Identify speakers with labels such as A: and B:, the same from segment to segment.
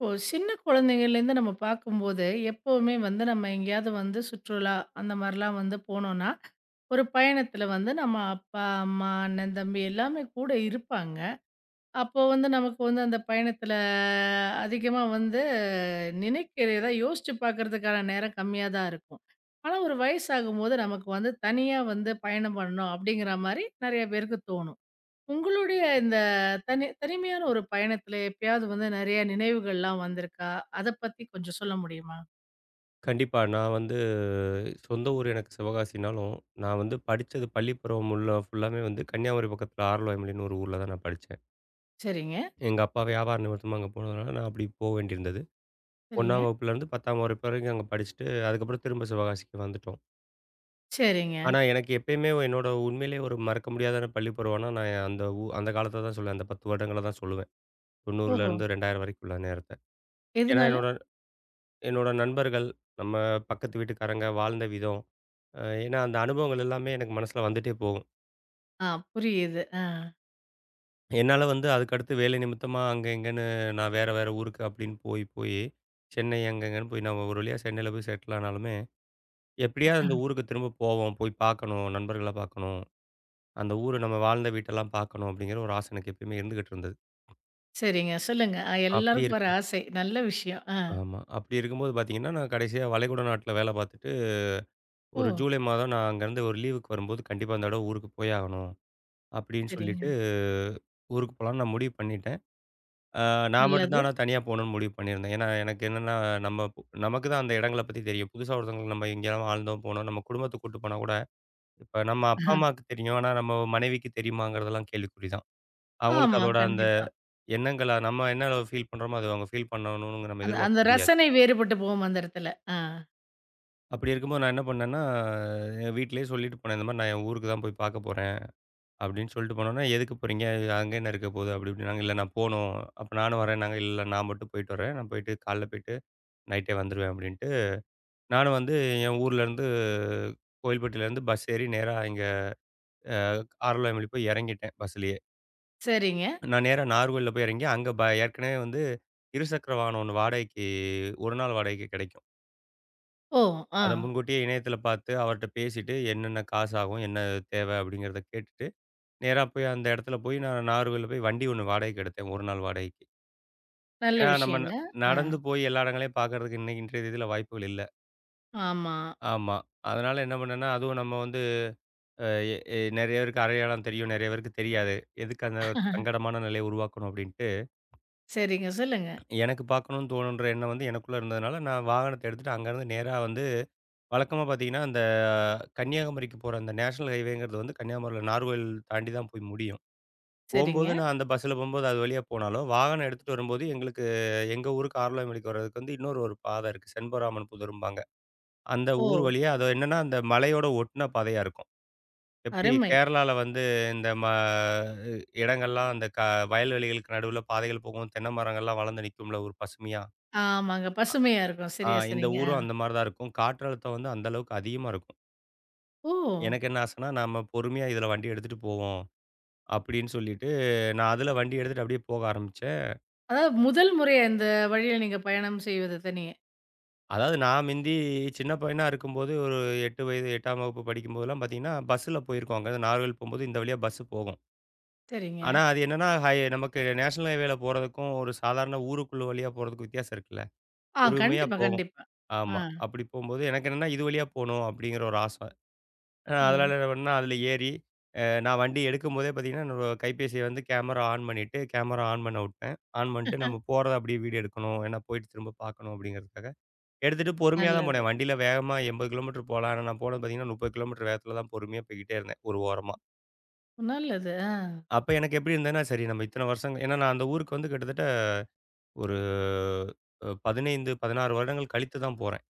A: இப்போ சின்ன குழந்தைங்கள்லேருந்து நம்ம பார்க்கும்போது, எப்பவுமே வந்து நம்ம எங்கேயாவது வந்து சுற்றுலா அந்த மாரிலாம் வந்து போனோம்னா, ஒரு பயணத்தில வந்து நம்ம அப்பா, அம்மா, அண்ணன், தம்பி எல்லாமே கூட இருப்பாங்க. அப்போ வந்து நமக்கு வந்து அந்த பயணத்தில அதிகமா வந்து நினைக்கிறத யோசிச்சு பார்க்கறதுக்கான நேரம் கம்மியா தான் இருக்கும். ஆனா, ஒரு வயசாகும்போது நமக்கு வந்து தனியா வந்து பயணம் பண்ணணும் அப்படிங்கிற மாரி நெறைய பேருக்கு தோணும். உங்களுடைய இந்த தனிமையான ஒரு பயணத்துல எப்பயாவது வந்து நெறைய நினைவுகள்லாம் வந்திருக்கா? அத பத்தி கொஞ்சம் சொல்ல முடியுமா?
B: கண்டிப்பா. நான் வந்து சொந்த ஊர் எனக்கு சிவகாசினாலும், நான் வந்து படிச்சது பள்ளிப்பருவம் உள்ள ஃபுல்லாமே வந்து கன்னியாகுமரி பக்கத்தில ஆரல்வாய்மொழின்னு ஒரு ஊர்ல தான் நான் படிச்சேன்.
A: சரிங்க,
B: எங்க அப்பா வியாபார நிமித்தமா அங்க போனதுனால, நான் அப்படி போ வேண்டியிருந்தது.
A: சரிங்க,
B: 1ஆம் வகுப்புலேருந்து 10ஆம் வகுப்பு வரைக்கும் அங்க படிச்சுட்டு, அதுக்கப்புறம் திரும்ப சிவகாசிக்கு வந்துட்டோம்.
A: சரிங்க.
B: ஆனா, எனக்கு எப்பயுமே என்னோட உண்மையிலேயே ஒரு மறக்க முடியாத பள்ளிப்பருவம்னா, நான் அந்த காலத்த தான் சொல்லுவேன். அந்த 10 வருடங்கள தான் சொல்லுவேன்.
A: ஓஹோ!
B: 90லேருந்து 2000 வரைக்கும் உள்ள நேரத்த. ஏன்னா,
A: எதுனால?
B: என்னோட என்னோட நண்பர்கள், நம்ம பக்கத்து வீட்டுக்காரங்க வாழ்ந்த விதம், ஏன்னா, அந்த அனுபவங்கள் எல்லாமே எனக்கு மனசுல வந்துட்டே போகும்.
A: ஆ, புரியுது. ஆ.
B: என்னால வந்து அதுக்கடுத்து வேலை நிமித்தமா அங்க, இங்கன்னு நான் வேற, வேற ஊருக்கு அப்படின்னு போய், போய் சென்னை அங்க, இங்கன்னு போய் நான் ஒரு வழியா சென்னையில போய் செட்டில் ஆனாலுமே, எப்படியாவது அந்த
A: ஆ,
B: ஊருக்கு திரும்ப போவோம். போய் பார்க்கணும், நண்பர்கள பார்க்கணும். அந்த ஊரு நம்ம வாழ்ந்த வீட்டெல்லாம் பார்க்கணும் அப்படிங்கிற ஒரு ஆசை எனக்கு எப்பயுமே இருந்துகிட்டு இருந்தது.
A: சரிங்க. சொல்லுங்க.
B: அப்படி
A: எல்லாருக்கும் வர
B: இருக்கு
A: ஆசை. நல்ல விஷயம். ஆ.
B: ஆமா. அப்படி இருக்கும்போது பார்த்தீங்கன்னா, நான் கடைசியா வளைகுடா நாட்டுல வேலை பார்த்துட்டு,
A: ஓ!
B: ஒரு ஜூலை மாதம் நான் அங்கேருந்து ஒரு லீவுக்கு வரும்போது, கண்டிப்பா இந்த தடவ ஊருக்கு போய் ஆகணும் அப்படின்னு
A: சரிங்க.
B: சொல்லிட்டு, ஊருக்கு போலான்னு நான் முடிவு பண்ணிட்டேன். அ நான் மட்டும் தான்
A: நல்லது.
B: ஆனா தனியா போணும்னு முடிவு பண்ணியிருந்தேன். ஏன்னா, எனக்கு என்னன்னா நம்ம பு நமக்கு தான் அந்த இடங்கள பத்தி தெரியும். புதுசா ஒருத்தவங்களுக்கு நம்ம எங்கேயாவது வாழ்ந்தோம், போனோம். நம்ம குடும்பத்த கூட்டு போனா கூட, இப்ப நம்ம
A: ஆ,
B: அப்பா, அம்மாவுக்கு தெரியும். ஆனா நம்ம மனைவிக்கு தெரியுமாங்கிறதெல்லாம் கேள்விக்குறி தான். அவங்களுக்கு
A: ஆமா,
B: அதோட அந்த
A: கண்டிப்பா.
B: எண்ணங்கள நம்ம என்ன ஃபீல் பண்றோமோ, அது அவங்க ஃபீல் பண்ணணும்னு நம்ம
A: அந்த அந்த
B: எதிர்பார்க்க முடியாது.
A: ரசனை வேறுபட்டு போகும் அந்த இடத்துல. ஆ.
B: அப்படி இருக்கும்போது நான் என்ன பண்ணேன்னா, என் வீட்லயே சொல்லிட்டு போனேன். இந்த மாரி நான் என் ஊருக்கு தான் போய் பார்க்க போறேன் அப்படின்னு சொல்லிட்டு போனோனே, "எதுக்கு போறீங்க? அங்க என்ன இருக்க போகுது?" அப்படி இப்படின்னாங்க. "இல்ல நான் போணும். அப்ப நானும் வரேன்னாங்க." "இல்ல நான் மட்டும் போயிட்டு வரேன். நான் போயிட்டு காலைல போயிட்டு நைட்டே வந்துருவேன்" அப்படின்ட்டு. நானும் வந்து என் ஊர்லேருந்து கோயில்பட்டியிலேருந்து பஸ் ஏறி நேரா இங்க அ ஆரல்வாய்மொழி போய் இறங்கிட்டேன் பஸ்லயே.
A: சரிங்க.
B: நான் நேரா நாகர்கோவில்ல போய் இறங்கி, அங்க ஏற்கனவே வந்து இருசக்கர வாகனம் ஒண்ணு வாடகைக்கு 1 நாள் வாடகைக்கு கிடைக்கும்.
A: ஓ! ஆ.
B: அத முன்கூட்டியே இணையத்தில பார்த்து அவர்ட்ட பேசிட்டு, என்னென்ன காசு ஆகும்? என்ன தேவை? அப்படிங்கிறத கேட்டுட்டு, நேரா போய் அந்த இடத்துல போய் நான் நாகர்கோவில்ல போய் வண்டி ஒண்ணு வாடகைக்கு எடுத்தேன் 1 நாள் வாடகைக்கு.
A: நல்ல
B: ஏன்னா நம்ம ந
A: விஷயங்க. ஆ.
B: நடந்து போய் எல்லா இடங்களையும் பார்க்கறதுக்கு இன்னைக்கு இன்றைய தேதியில வாய்ப்புகள் இல்ல.
A: ஆமா.
B: ஆமா. அதனால என்ன பண்ணேன்னா, அதுவும் நம்ம வந்து அ எ எ நெறைய பேருக்கு அடையாளம் தெரியும். நெறைய பேருக்கு தெரியாது. எதுக்கு அந்த ஒரு சங்கடமான நிலைய உருவாக்கணும் அப்படின்ட்டு,
A: சரிங்க. சொல்லுங்க.
B: எனக்கு பார்க்கணும்னு தோணுன்ற எண்ணம் வந்து எனக்குள்ள இருந்ததுனால, நான் வாகனத்த எடுத்துட்டு அங்கருந்து நேரா வந்து வழக்கமா பார்த்தீங்கன்னா, அந்த கன்னியாகுமரிக்கு போற அந்த நேஷனல் ஹைவேங்கிறது வந்து கன்னியாகுமரியில நாகர்கோவில் தாண்டி தான் போய் முடியும். போம்போது
A: சரிங்க.
B: நான் அந்த பஸ்ஸில போம்போது அது வழியா போனாலும், வாகனம் எடுத்துட்டு வரும்போது எங்களுக்கு எங்க ஊருக்கு ஆரல்வாய்மொழிக்கு வர்றதுக்கு வந்து இன்னொரு ஒரு பாதை இருக்கு. செண்பராமன் புதரும்பாங்க. அந்த
A: ஓ!
B: ஊர் வழியா அது என்னன்னா, அந்த மலையோட ஒட்டுன பாதையா இருக்கும். எப்படி
A: அருமை.
B: கேரளால வந்து இந்த ம இடங்கள்லாம் அந்த க வயல்வெளிகளுக்கு நடுவுல பாதைகள் போகும். தென்னை மரங்கள்லாம் வளர்ந்து நிக்கும்ல ஒரு பசுமையா.
A: ஆமாங்க. பசுமையா இருக்கும்.
B: ஆ
A: சரியா
B: இந்த
A: சொன்னீங்க. ஆ.
B: ஊரும் அந்த மாரி தான் இருக்கும். காற்றழுத்தம் வந்து அந்த அளவுக்கு அதிகமா இருக்கும்.
A: ஓ!
B: எனக்கு என்ன ஆசைன்னா, நாம பொறுமையா இதில வண்டி எடுத்துட்டு போவோம். அப்படின்னு சொல்லிட்டு நான் அதில வண்டி எடுத்துட்டு அப்படியே போக ஆரம்பிச்சேன்.
A: அதாவது முதல் முறையா இந்த வழியில நீங்க பயணம் செய்வது தனியே.
B: அதாவது நான் சின்ன பையனா இருக்கும்போது ஒரு 8 வயது 8ஆம் வகுப்பு படிக்கும்போதெல்லாம் பார்த்தீங்கன்னா, பஸ்ஸில போயிருக்கோம். அங்கருந்து நாகர்கோவில் போம்போது இந்த வழியா பஸ் போகும்.
A: சரிங்க.
B: ஆனா, அது என்னன்னா, நமக்கு நேஷனல் ஹைவேல போறதுக்கும், ஒரு சாதாரண ஊருக்குள்ள வழியா போறதுக்கும் வித்தியாசம் இருக்குல்ல.
A: ஆ,
B: பொறுமையா
A: கண்டிப்பா,
B: போகும்.
A: கண்டிப்பா. ஆ.
B: ஆமா. அப்படி போம்போது எனக்கு என்னன்னா, இது வழியா போணும் அப்படிங்கிற ஒரு ஆசை.
A: ஓ!
B: அதனால என்ன பண்ணேன்னா, அதுல ஏறி, நான் வண்டி எடுக்கும்போதே பார்த்தீங்கன்னா, என்னோட கைபேசிய வந்து கேமரா ஆன் பண்ணிட்டு, கேமரா ஆன் பண்ண உட்டேன். ஆன் பண்ணிட்டு நம்ம போறத அப்படியே வீடியோ எடுக்கணும். ஏன்னா போயிட்டு திரும்ப பார்க்கணும் அப்படிங்கிறதுக்காக. எடுத்துட்டு பொறுமையா தான்
A: நல்லது,
B: போனேன். வண்டியில வேகமா 80 கிலோமீட்டர் போலாம். ஆனா, நான் போனது பார்த்தீங்கன்னா, 30 கிலோமீட்டர் வேகத்துல தான் பொறுமையா போய்க்கிட்டே இருந்தேன், ஒரு ஓரமா.
A: நல்லது. ஆ.
B: அப்ப எனக்கு எப்படி இருந்ததுன்னா, சரி நம்ம இத்தன வருஷங்க ஏன்னா நான் அந்த ஊருக்கு வந்து கிட்டத்தட்ட ஒரு 15, 16 வருடங்கள் கழித்து தான் போறேன்.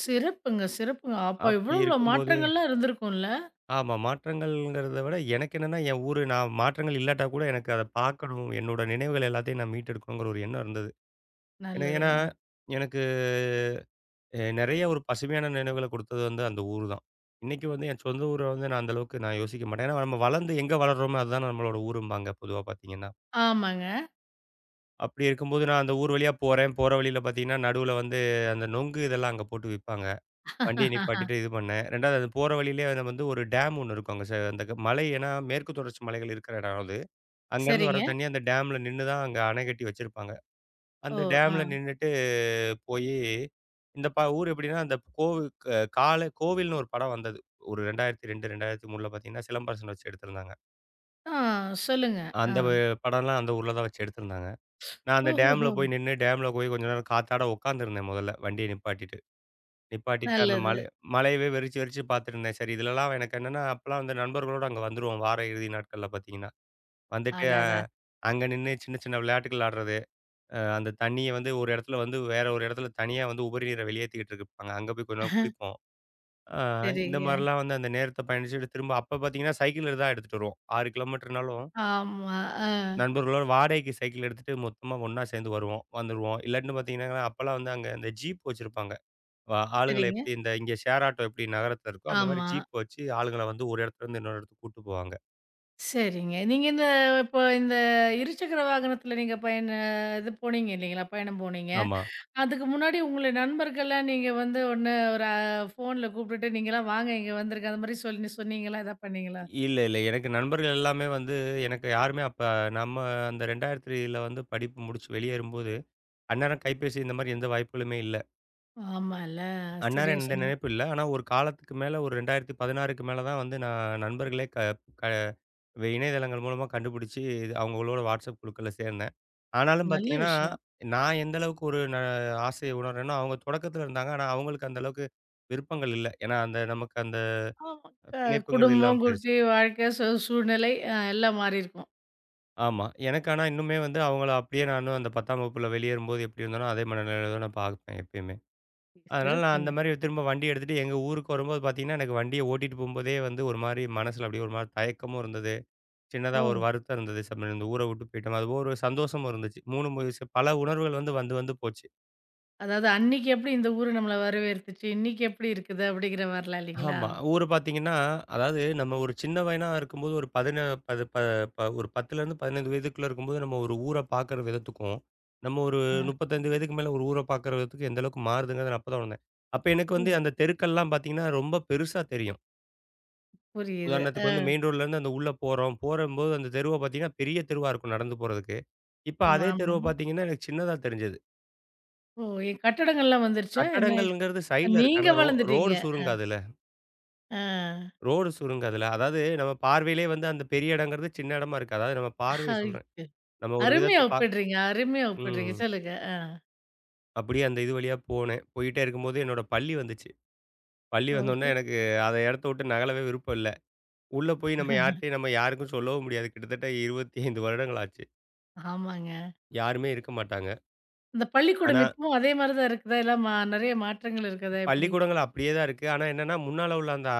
A: சிறப்புங்க, சிறப்புங்க. அப்ப இவ்ளோ
B: அப்படி
A: இவ்ளோ
B: இருக்கும்போது
A: மாற்றங்கள்லாம் இருந்திருக்கும்ல.
B: ஆமா மாற்றங்கள்ங்கிறத விட எனக்கு என்னன்னா, என் ஊரு நான் மாற்றங்கள் இல்லாட்டா கூட எனக்கு அத பார்க்கணும். என்னோட நினைவுகள் எல்லாத்தையும் நான் மீட்டெடுக்கணுங்கிற ஒரு எண்ணம் இருந்தது. ஏன்னா ஏன்னா
A: நல்லதுங்க.
B: எனக்கு நெறைய ஒரு பசுமையான நினைவுகள குடுத்தது வந்து அந்த ஊரு தான். இன்னைக்கு வந்து என் சொந்த ஊர வந்து நான் அந்த அளவுக்கு நான் யோசிக்க மாட்டேன். ஏன்னா நம்ம வளர்ந்து எங்க வளர்றோமோ அதுதான் நம்மளோட ஊரும்பாங்க பொதுவா பார்த்தீங்கன்னா.
A: ஆமாங்க.
B: அப்படி இருக்கும்போது நான் அந்த ஊர் வழியா போறேன். போற வழியில பார்த்தீங்கன்னா, நடுவுல வந்து அந்த நொங்கு இதெல்லாம் அங்க போட்டு விப்பாங்க. வண்டிய நிப்பாட்டிட்டு இது பண்ணேன். 2வது அது போற வழியிலேயே நம்ம வந்து ஒரு டேம் ஒண்ணு இருக்கும். அங்க ச அந்த க மலை ஏன்னா மேற்கு தொடர்ச்சி மலைகள் இருக்கிற இடம் அது. அங்கேருந்து வர
A: சரிங்க.
B: தண்ணி அந்த டேம்ல நின்னு தான் அங்க அணை கட்டி வச்சிருப்பாங்க.
A: ஓ!
B: அந்த
A: ஆ.
B: டேம்ல நின்னுட்டு போயி இந்த ப ஊர் எப்படின்னா, அந்த கோவு க கால கோவில்னு ஒரு படம் வந்தது. ஒரு 2002, 2003ல பார்த்தீங்கன்னா, சிலம்பரசன் வச்சு எடுத்திருந்தாங்க.
A: ஆ, சொல்லுங்க. ஆ.
B: அந்த வ படம்லாம் அந்த ஊர்ல தான் வச்சு எடுத்திருந்தாங்க. நான் அந்த டேம்ல
A: ஓஹோஹோ!
B: போய் நின்னு, டேம்ல போய் கொஞ்ச நேரம் காத்தாட உட்காந்துருந்தேன் முதல்ல, வண்டிய நிப்பாட்டிட்டு. நிப்பாட்டிட்டு அந்த
A: நல்லது.
B: மலை மலையவே வெறிச்சு வெறிச்சு பார்த்துருந்தேன். சரி இதுலலாம் எனக்கு என்னன்னா, அப்பலாம் வந்து நண்பர்களோட அங்க வந்துருவோம் வார இறுதி நாட்கள்ல பார்த்தீங்கன்னா. வந்துட்டு
A: அடடா!
B: அங்க நின்னு சின்ன சின்ன விளையாட்டுகள் ஆடுறது. அந்த தண்ணிய வந்து ஒரு இடத்துல வந்து வேற ஒரு இடத்துல தனியா வந்து உபரி நீர வெளியேத்திக்கிட்டு இருப்பாங்க. அங்க போய் கொஞ்ச நேரம் குளிப்போம். அ இந்த
A: சரிங்க.
B: மாரிலாம் வந்து அந்த நேரத்த பயணிச்சுட்டு திரும்ப அப்ப பார்த்தீங்கன்னா, சைக்கிள் தான் எடுத்துட்டு வருவோம். 6 கிலோமீட்டர்னாலும்
A: ஆமா. ஆ.
B: நண்பர்களோட வாடகைக்கு சைக்கிள் எடுத்துட்டு மொத்தமா ஒண்ணா சேர்ந்து வருவோம், வந்துருவோம். இல்லாட்டின்னு பார்த்தீங்கன்னா, அப்பலாம் வந்து அங்க இந்த ஜீப் வச்சிருப்பாங்க. வ ஆளுங்கள
A: சரிங்க.
B: எப்படி இந்த இங்க ஷேர் ஆட்டோ எப்படி நகரத்துல இருக்கோ, அந்த மாரி
A: ஆமா.
B: ஜீப் வச்சு ஆளுங்கள வந்து ஒரு இடத்துலருந்து இன்னொரு இடத்துக்கு கூட்டு போவாங்க.
A: சரிங்க. நீங்க இந்த இப்போ இந்த இருசக்கர வாகனத்தில நீங்க பயண இது போனீங்க இல்லைங்களா? பயணம் போனீங்க.
B: ஆமா.
A: அதுக்கு முன்னாடி உங்களுடைய நண்பர்கள்லாம் நீங்க வந்து ஒண்ணு ஒரு ஃபோன்ல கூப்பிட்டுட்டு நீங்கலாம் வாங்க இங்க வந்துருங்க. அந்த மாரி சொல்லி சொன்னீங்களா? எதா பண்ணீங்களா?
B: இல்ல, இல்ல. எனக்கு நண்பர்கள் எல்லாமே வந்து எனக்கு யாருமே அப்ப நம்ம அந்த 2003ல வந்து படிப்பு முடிச்சு வெளியேறும்போது, அந்நேரம் கைபேசி இந்த மாரி எந்த வாய்ப்புகளுமே இல்ல.
A: ஆமால்ல.
B: அந்நேரம்
A: சரியா
B: எந்த
A: சொன்னீங்க.
B: நினைப்பு இல்ல. ஆனா ஒரு காலத்துக்கு மேல ஒரு 2016க்கு மேல தான் வந்து நான் நண்பர்களே க க இணையதளங்கள் மூலமா கண்டுபிடிச்சு, இது அவங்களோட வாட்ஸ்அப் குழுக்கள்ல சேர்ந்தேன். ஆனாலும்
A: நல்ல
B: பார்த்தீங்கன்னா,
A: விஷயம்.
B: நான் எந்த அளவுக்கு ஒரு ந ஆசைய உணர்றேனோ, அவங்க தொடக்கத்தில இருந்தாங்க. ஆனா, அவங்களுக்கு அந்த அளவுக்கு விருப்பங்கள் இல்ல. ஏன்னா, அந்த நமக்கு அந்த
A: ஆமா.
B: பிணைப்புங்கிறது இல்லாம
A: குடும்பம்,
B: போயிருச்சு.
A: குட்டி, வாழ்க்கை, சூழ்நிலை எல்லாம் மாறியிருக்கும்.
B: ஆமா. எனக்கு ஆனா இன்னுமே வந்து அவங்கள அப்படியே நானும் அந்த 10ஆம் வகுப்புல வெளியேறும்போது எப்படி இருந்தேனோ, அதே மனநிலையில தான் நான் பார்ப்பேன் எப்பயுமே. அதனால நான் அந்த
A: சிறப்புங்க.
B: மாரி திரும்ப வண்டி எடுத்துட்டு எங்க ஊருக்கு வரும்போது பார்த்தீங்கன்னா, எனக்கு வண்டிய ஓட்டிட்டு போம்போதே வந்து ஒரு மாரி மனசுல அப்படியே ஒரு மாரி தயக்கமும் இருந்தது. சின்னதா
A: ஓ!
B: ஒரு வருத்தம் இருந்தது. இந்த ஊர விட்டு போயிட்டோம். அது போக ஒரு சந்தோஷமும் இருந்துச்சு. 3 பல உணர்வுகள் வந்து வந்து வந்து போச்சு.
A: அதாவது அன்னைக்கு எப்படி இந்த ஊரு நம்மள வரவேத்துச்சு, இன்னைக்கு எப்படி இருக்குது அப்படிங்கிற மாரிலாம் இல்லைங்களா?
B: ஆமா. ஊரு பார்த்தீங்கன்னா, அதாவது நம்ம ஒரு சின்ன வயனா இருக்கும்போது ஒரு பதின பது ப ப ஒரு 10லேருந்து 15 வயதுக்குள்ள இருக்கும்போது, நம்ம ஒரு ஊர பார்க்குற விதத்துக்கும், நம்ம ஒரு
A: ஆ.
B: 35 வயதுக்கு மேல ஒரு ஊர பார்க்குற விதத்துக்கும் எந்த அளவுக்கு மாறுதுங்கிறத நான் அப்ப தான் உணர்ந்தேன். அப்ப எனக்கு
A: ஓ!
B: வந்து அந்த தெருக்கள்லாம் பார்த்தீங்கன்னா, ரொம்ப பெருசா தெரியும்.
A: புரியுது.
B: உதாரணத்துக்கு வந்து மெயின் ரோட்லேருந்து அந்த உள்ள போறோம். போறம்போது அந்த தெருவ பார்த்தீங்கன்னா, பெரிய தெருவா இருக்கும் நடந்து போறதுக்கு. இப்ப அதே
A: ஆமா.
B: தெருவ பார்த்தீங்கன்னா, எனக்கு சின்னதா தெரிஞ்சது.
A: ஓ! கட்டடங்கள்லாம் வந்துருச்சா? என்ன ஆயிருச்சு?
B: கட்டடங்கள்ங்கிறது சைடுல இருக்கு.
A: நீங்க
B: ஆனா
A: வளர்ந்துட்டீங்க.
B: ரோடு சுருங்காதுல.
A: ஆ.
B: ரோடு சுருங்கதுல. அதாவது நம்ம பார்வையிலே வந்து அந்த பெரிய இடங்கிறது சின்ன இடமா இருக்கு. அதாவது நம்ம பார்வைய சொல்றேன்.
A: ஐயோ!
B: நம்ம ஒரு
A: அருமையா
B: விதத்த பா
A: ஒப்பிடுறீங்க, அருமையா ஒப்பிடுறீங்க.
B: ம்.
A: சொல்லுங்க. ஆ.
B: அப்படியே அந்த இது வழியா போனேன். போயிட்டே இருக்கும்போது என்னோட பள்ளி வந்துச்சு. பள்ளி வந்தோனே
A: ஓஹோ!
B: எனக்கு அந்த இடத்த விட்டு நகலவே விருப்பம் இல்ல. உள்ள போய் நம்ம யார்ட்டயும் நம்ம யாருக்கும் சொல்லவும் முடியாது. கிட்டத்தட்ட 25 வருடங்கள் ஆச்சு.
A: ஆமாங்க.
B: யாருமே இருக்க மாட்டாங்க.
A: இந்த
B: ஆனா
A: பள்ளிக்கூடம் இப்பவும் அதே மாரி தான் இருக்குதா? இல்ல நெறைய மாற்றங்கள் இருக்குதா எப்படி?
B: பள்ளிக்கூடங்கள் அப்படியே தான் இருக்கு. ஆனா என்னன்னா, முன்னால உள்ள அந்த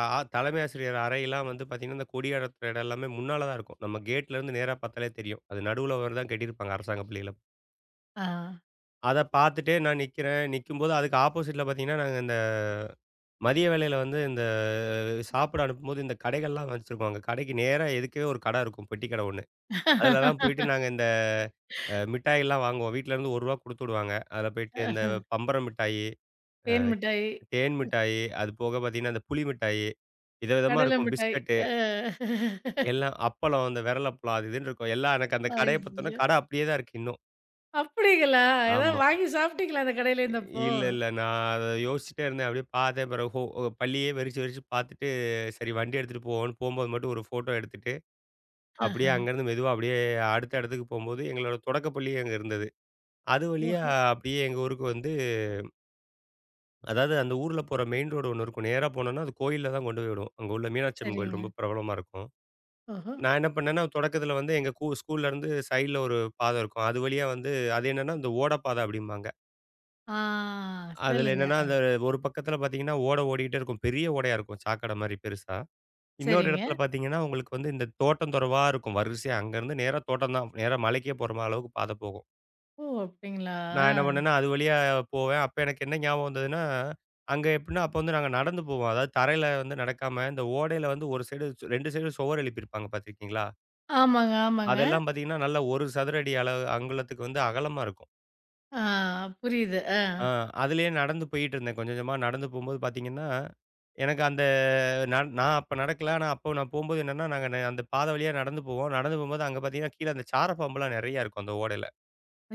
B: அ ஆ தலைமை ஆசிரியர் அறையெல்லாம் வந்து பார்த்தீங்கன்னா, இந்த கொடிய இடத்துல இடம் எல்லாமே முன்னால தான் இருக்கும். நம்ம கேட்ல இருந்து நேரா பார்த்தாலே தெரியும். அது நடுவுல ஒரு தான் கட்டியிருப்பாங்க அரசாங்க பள்ளியில.
A: ஆ.
B: அத பார்த்துட்டே நான் நிக்கிறேன். நிக்கும்போது அதுக்கு ஆப்போசிட்ல பார்த்தீங்கன்னா, நாங்க இந்த மதிய வேளையில வந்து இந்த சாப்பிட அனுப்பும்போது இந்த கடைகள்லாம் வச்சிருப்பாங்க. கடைக்கு நேரா எதுக்கவே ஒரு கடை இருக்கும். பெட்டி கடை ஒண்ணு. அதுல தான் போயிட்டு நாங்க இந்த மிட்டாய்லாம் வாங்குவோம். வீட்லருந்து ரூ. 1 குடுத்து விடுவாங்க. அதுல போயிட்டு இந்த பம்பரம் மிட்டாயி,
A: தேன் மிட்டாய்,
B: தேன் மிட்டாயி, அது போக பார்த்தீங்கன்னா, இந்த புளி மிட்டாயி, விதவிதமா
A: கடலை
B: இருக்கும்.
A: மிட்டாய்.
B: பிஸ்கட்டு
A: அ.
B: எல்லாம் அப்பளம், இந்த விரலப்பளம் அது இதுன்னு இருக்கும். எல்லாம் எனக்கு அந்த கடைய பார்த்தோன்னா,
A: ஐயோ!
B: கடை அப்படியே தான் இருக்கு இன்னும்.
A: அப்படிங்களா? ஏதாவது
B: ஆமா.
A: வாங்கி சாப்பிட்டீங்களா அந்த கடையில இருந்தப்போ?
B: இல்ல, இல்ல. நான் அத யோசிச்சுட்டே இருந்தேன். அப்படியே பார்த்தேன். பிறகு ஹோ பள்ளியே வெறிச்சு வெறிச்சு பார்த்துட்டு, சரி வண்டி எடுத்துட்டு போவோம்ன்னு போம்போது மட்டும் ஒரு ஃபோட்டோ எடுத்துட்டு, அப்படியே அங்கேருந்து மெதுவா அப்படியே அடுத்த இடத்துக்கு போம்போது, எங்களோட தொடக்க பள்ளி அங்க இருந்தது. அது வழியா
A: ஓஹோ!
B: அப்படியே எங்க ஊருக்கு வந்து அதாவது அந்த ஊர்ல போற மெயின் ரோடு ஒண்ணு இருக்கும். நேரா போனோம்னா அது கோயில்ல தான் கொண்டு போய் விடும். அங்க உள்ள மீனாட்சி அம்மன் கோயில்
A: சரிங்க.
B: ரொம்ப பிரபலமா இருக்கும்.
A: ஓஹோ!
B: நான் என்ன பண்ணேன்னா, தொடக்கத்தில வந்து எங்க ஸ்கூல்லேருந்து சைடுல ஒரு பாதை இருக்கும். அது வழியா வந்து அது என்னன்னா, இந்த ஓடப்பாதை அப்படிம்பாங்க.
A: ஆ.
B: அதுல
A: சொல்லுங்க.
B: என்னன்னா, அந்த ஒரு பக்கத்துல பார்த்தீங்கன்னா, ஓடை ஓடிக்கிட்டே இருக்கும். பெரிய ஓடையா இருக்கும். சாக்கடை மாரி பெருசா. இன்னொரு
A: சரிங்க.
B: இடத்துல பார்த்தீங்கன்னா, உங்களுக்கு வந்து இந்த தோட்டம் தொரவா இருக்கும். வரிசையா அங்கருந்து நேரா தோட்டம் தான். நேரா மலைக்கே போற மா அளவுக்கு பாதை போகும்.
A: ஓ! அப்படிங்களா?
B: நான் என்ன
A: ஆ.
B: பண்ணேன்னா, அது வழியா போவேன். அப்ப எனக்கு என்ன ஞாபகம் வந்ததுன்னா, அங்க எப்படின்னா, அப்ப வந்து நாங்க நடந்து போவோம். அதாவது தரையில வந்து நடக்காம, இந்த ஓடையில வந்து ஒரு சைடு 2 சைடும் சுவர் எழுப்பியிருப்பாங்க பார்த்துருக்கீங்களா?
A: ஆமாங்க, ஆமாங்க.
B: அதெல்லாம் பார்த்தீங்கன்னா, நல்ல 1 சதுர அடி அளவு அங்குலத்துக்கு வந்து அகலமா இருக்கும்.
A: ஆ, புரியுது. ஆ.
B: ஆ, அதிலேயே நடந்து போயிட்டு இருந்தேன். கொஞ்சம் கொஞ்சமா நடந்து போம்போது பார்த்தீங்கன்னா, எனக்கு அந்த நான் நான் அப்ப நடக்கல. ஆனா அப்போ நான் போம்போது என்னன்னா, நாங்க அந்த பாதை வழியா நடந்து போவோம். நடந்து போம்போது அங்க பார்த்தீங்கன்னா, கீழ அந்த சார பாம்புலாம் நெறைய இருக்கும் அந்த ஓடையில.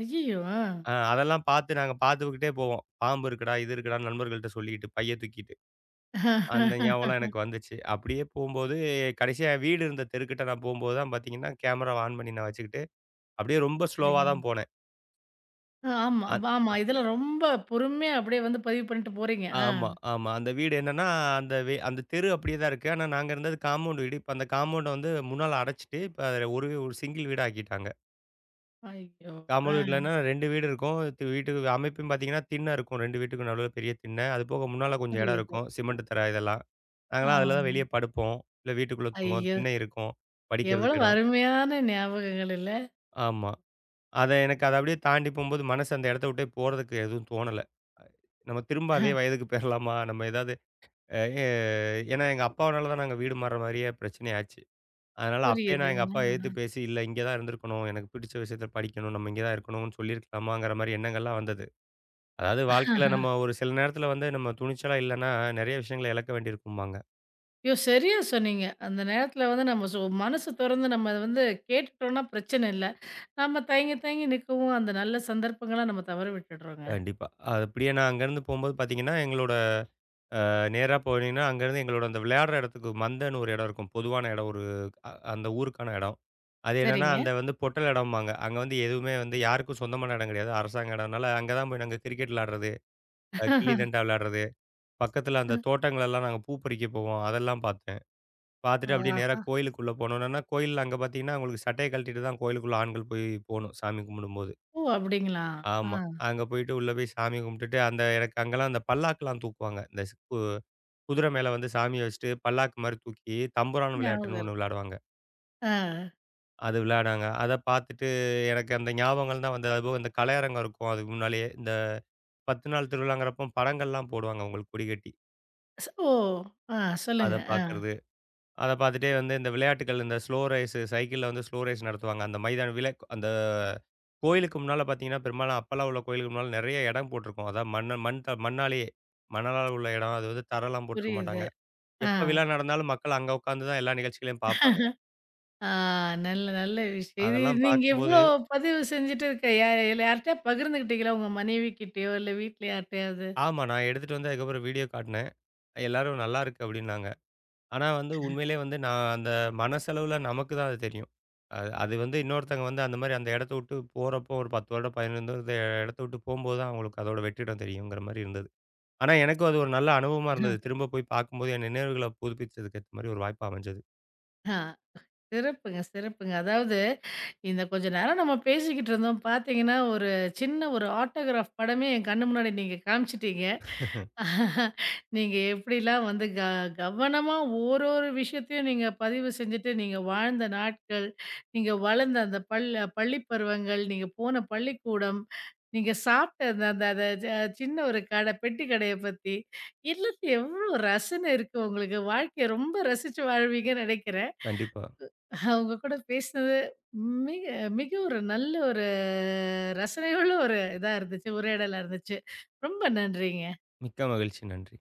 A: ஐய்யய்யோ! ஆ.
B: அதெல்லாம் பார்த்து நாங்க பார்த்துக்கிட்டே போவோம். பாம்பு இருக்குடா, இது இருக்குடான்னு நண்பர்கள்ட்ட சொல்லிக்கிட்டு, பைய தூக்கிட்டு. அந்த ஞாபகம்லாம் எனக்கு வந்துச்சு. அப்படியே போம்போது கடைசியா என் வீடு இருந்த தெருக்கிட்ட நான் போம்போது தான் பார்த்தீங்கன்னா, கேமராவ ஆன் பண்ணி நான் வச்சுக்கிட்டு, அப்படியே ரொம்ப ஸ்லோவா
A: சரிங்க.
B: தான் போனேன்.
A: அ, ஆமா,
B: அந்
A: ஆமா.
B: அ
A: இதெல்லாம் ரொம்ப பொறுமையா அப்படியே வந்து பதிவு பண்ணிட்டு போறீங்க. ஆ.
B: ஆமா, ஆமா. அந்த வீடு என்னன்னா, அந்த தெரு அப்படியே தான் இருக்கு. ஆனா நாங்க இருந்தது காம்பவுண்ட் வீடு. இப்ப அந்த காம்பவுண்ட வந்து முன்னால அடைச்சுட்டு, இப்ப அத ஒரு ஒரு சிங்கிள் வீடா ஆக்கிட்டாங்க.
A: ஐயோ! ஆ,
B: காம்பவுண்ட் வீட்லன்னா 2 வீடு இருக்கும். வீட்டுக்கு அமைப்பும் பார்த்தீங்கன்னா, திண்ண இருக்கும். 2 வீட்டுக்கும் நடுவுல பெரிய திண்ண. அது போக முன்னால கொஞ்சம் இடம்
A: புரியுது.
B: இருக்கும். சிமெண்ட் தரை இதெல்லாம். நாங்கலாம் அதுல தான்
A: ஆமாங்க.
B: வெளிய படுப்போம். இல்ல வீட்டுக்குள்ள தூங்குவோம்.
A: ஐயோ!
B: திண்ணை இருக்கும். படிக்கிறதுக்கு
A: எவ்வளவு
B: இடம்.
A: அருமையான ஞாபகங்கள் இல்ல?
B: ஆமா. அத எனக்கு அத அப்படியே தாண்டி போம்போது மனசு அந்த இடத்த விட்டே போறதுக்கு எதுவும் தோணல. நம்ம திரும்ப அதே வயதுக்கு போயிரலாமா? நம்ம ஏதாவது அ எ ஏன்னா எங்க அப்பாவானால தான் நாங்க வீடு மாறுற மாரியே பிரச்சனை ஆச்சு. அதனால அப்பயே நான் எங்க
A: புரியுதுங்க.
B: அப்பா எதிர்த்து பேசி, "இல்ல இங்க தான் இருந்திருக்கணும். எனக்கு பிடிச்ச விஷயத்த படிக்கணும். நம்ம இங்க தான் இருக்கணும்னு" சொல்லியிருக்கலாமாங்கிற மாரி எண்ணங்கள்லாம் வந்தது. அதாவது வாழ்க்கையில நம்ம ஒரு சில நேரத்துல வந்து நம்ம துணிச்சலா இல்லன்னா, நெறைய விஷயங்கள இழக்க வேண்டியிருக்கும்பாங்க.
A: ஐயோ! சரியா சொன்னீங்க. அந்த நேரத்தில வந்து நம்ம சு மனசு தொறந்து நம்ம அத வந்து கேட்டுட்டோம்னா பிரச்சனை இல்ல. நம்ம தயங்கி தயங்கி நிக்கவும் அந்த நல்ல சந்தர்ப்பங்கள நம்ம தவற விட்டுடுறோங்க.
B: கண்டிப்பா. அது அப்படியே நான் அங்கேருந்து போம்போது பார்த்தீங்கன்னா, எங்களோட நேரா போனீங்கன்னா, அங்கேருந்து எங்களோட அந்த விளையாடுற இடத்துக்கு மந்தன்னு ஒரு இடம் இருக்கும். பொதுவான இடம் ஒரு அந்த ஊருக்கான இடம். அது என்னன்னா,
A: சரிங்க.
B: அந்த வந்து பொட்டல் இடம்பாங்க. அங்க வந்து எதுவுமே வந்து யாருக்கும் சொந்தமான இடம் கிடையாது. அரசாங்க இடம்னால அங்க தான் போய் நாங்க கிரிக்கெட் விளையாடுறது, கில்லி தண்டா விளையாடுறது, பக்கத்துல அந்த தோட்டங்களெல்லாம் நாங்க பூ பறிக்க போவோம். அதெல்லாம் பார்த்தோம். பார்த்துட்டு அப்படியே நேரா
A: ஆஹா!
B: கோயிலுக்குள்ள போனோம். என்னன்னா கோயில்ல அங்க பார்த்தீங்கன்னா, உங்களுக்கு சட்டைய கழட்டிட்டு தான் கோயிலுக்குள்ள ஆண்கள் போய் போணும், சாமி கும்பிடும்போது.
A: ஓ! அப்படிங்களா? ஆ.
B: ஆமா. அங்க போயிட்டு உள்ள போய் சாமி கும்பிட்டுட்டு, அந்த எனக்கு அங்கலாம் அந்த பல்லாக்குலாம் தூக்குவாங்க. இந்த ஸ் கு குதிரை மேல வந்து சாமிய வச்சுட்டு பல்லாக்கு மாரி தூக்கி தம்புரான்
A: ஞாபகம்
B: விளையாட்டுன்னு ஒண்ணு
A: இருக்கு.
B: விளையாடுவாங்க.
A: ஆ.
B: அது விளையாடுனாங்க. அத பார்த்துட்டு எனக்கு அந்த ஞாபகங்கள் தான் வந்தது. அதுபோக இந்த கலையரங்கம் இருக்கும் அதுக்கு முன்னாலேயே. இந்த 10 நாள் திருவிழாங்கிறப்போ படங்கள்லாம் போடுவாங்க உங்களுக்கு கொடிகட்டி.
A: ஓ! ஆ,
B: அத
A: சொல்லுங்க. ஆ,
B: பார்க்கறது. அத பார்த்துட்டே வந்து இந்த விளையாட்டுகள், இந்த ஸ்லோ ரேஸு சைக்கிள்ல வந்து ஸ்லோ ரேஸ் நடத்துவாங்க. அந்த மைதான விலை அந்த கோயிலுக்கு முன்னால பார்த்தீங்கன்னா, பெரும்பாலும் அப்பல்லாம் உள்ள கோயிலுக்கு முன்னால நெறைய இடம் போட்டிருக்கும். அதான் மண்ணு மண் த மண்ணாலேயே மணலால் உள்ள இடம். அது வந்து தரைலாம் போட்டிருக்க
A: புரியுது.
B: மாட்டாங்க.
A: ஆ.
B: எப்ப விழா நடந்தாலும் மக்கள் அங்க உட்காந்து தான் எல்லா நிகழ்ச்சிகளையும் பார்ப்பாங்க.
A: ஆ, நல்ல நல்ல விஷயம். இது
B: அதெல்லாம்
A: நீங்க
B: பார்க்கும்போது
A: எவ்ளோ பதிவு செஞ்சுட்டு இருக்க யார்ட்டயா பகிர்ந்துக்கிட்டீங்களா? உங்க மனைவி கிட்டயோ, இல்ல வீட்ல யார்ட்டயாவது?
B: ஆமா நான் எடுத்துட்டு வந்து அதுக்கப்புறம் வீடியோ காட்டுனேன். எல்லாரும் "நல்லாயிருக்கு" அப்படின்னாங்க. ஆனா வந்து உண்மையிலே வந்து நான் அந்த மனசளவுல நமக்கு தான் அது தெரியும். அது அது வந்து இன்னொருத்தங்க வந்து அந்த மாரி அந்த இடத்த விட்டு போறப்போ ஒரு 10 வருடம், 15 வருட இடத்த விட்டு போம்போது தான் அவங்களுக்கு அதோட வெற்றிடம் தெரியுங்கிற மாரி இருந்தது. ஆனா எனக்கும் அது ஒரு நல்ல அனுபவமா இருந்தது. திரும்ப போய் பார்க்கும்போது என் நினைவுகள புதுப்பிச்சதுக்கு ஏத்த மாரி ஒரு வாய்ப்பு அமைஞ்சது.
A: ஆ, சிறப்புங்க, சிறப்புங்க. அதாவது இந்த கொஞ்ச நேரம் நம்ம பேசிக்கிட்டு இருந்தோம். பார்த்தீங்கன்னா, ஒரு சின்ன ஒரு ஆட்டோகிராஃப் படமே என் கண்ணு முன்னாடி நீங்க காமிச்சுட்டீங்க. நீங்க எப்படிலாம் வந்து கவனமா ஓரொரு விஷயத்தையும் நீங்க பதிவு செஞ்சுட்டு, நீங்க வாழ்ந்த நாட்கள், நீங்க வளர்ந்த அந்த பள்ளி பருவங்கள், நீங்க போன பள்ளிக்கூடம், நீங்க சாப்பிட்ட அந்த அந்த அந்த சின்ன ஒரு கடை பெட்டி கடைய பத்தி, எல்லாத்தையும் எவ்வளோ ரசனை இருக்கு உங்களுக்கு. வாழ்க்கைய ரொம்ப ரசிச்சு வாழ்வீங்கன்னு நெனைக்கிறேன்.
B: கண்டிப்பா.
A: உங்க கூட பேசினது மிக மிக ஒரு நல்ல ஒரு ரசனையுள்ள ஒரு இதா இருந்துச்சு. உரையாடலா இருந்துச்சு. ரொம்ப நன்றிங்க.
B: மிக்க மகிழ்ச்சி. நன்றி.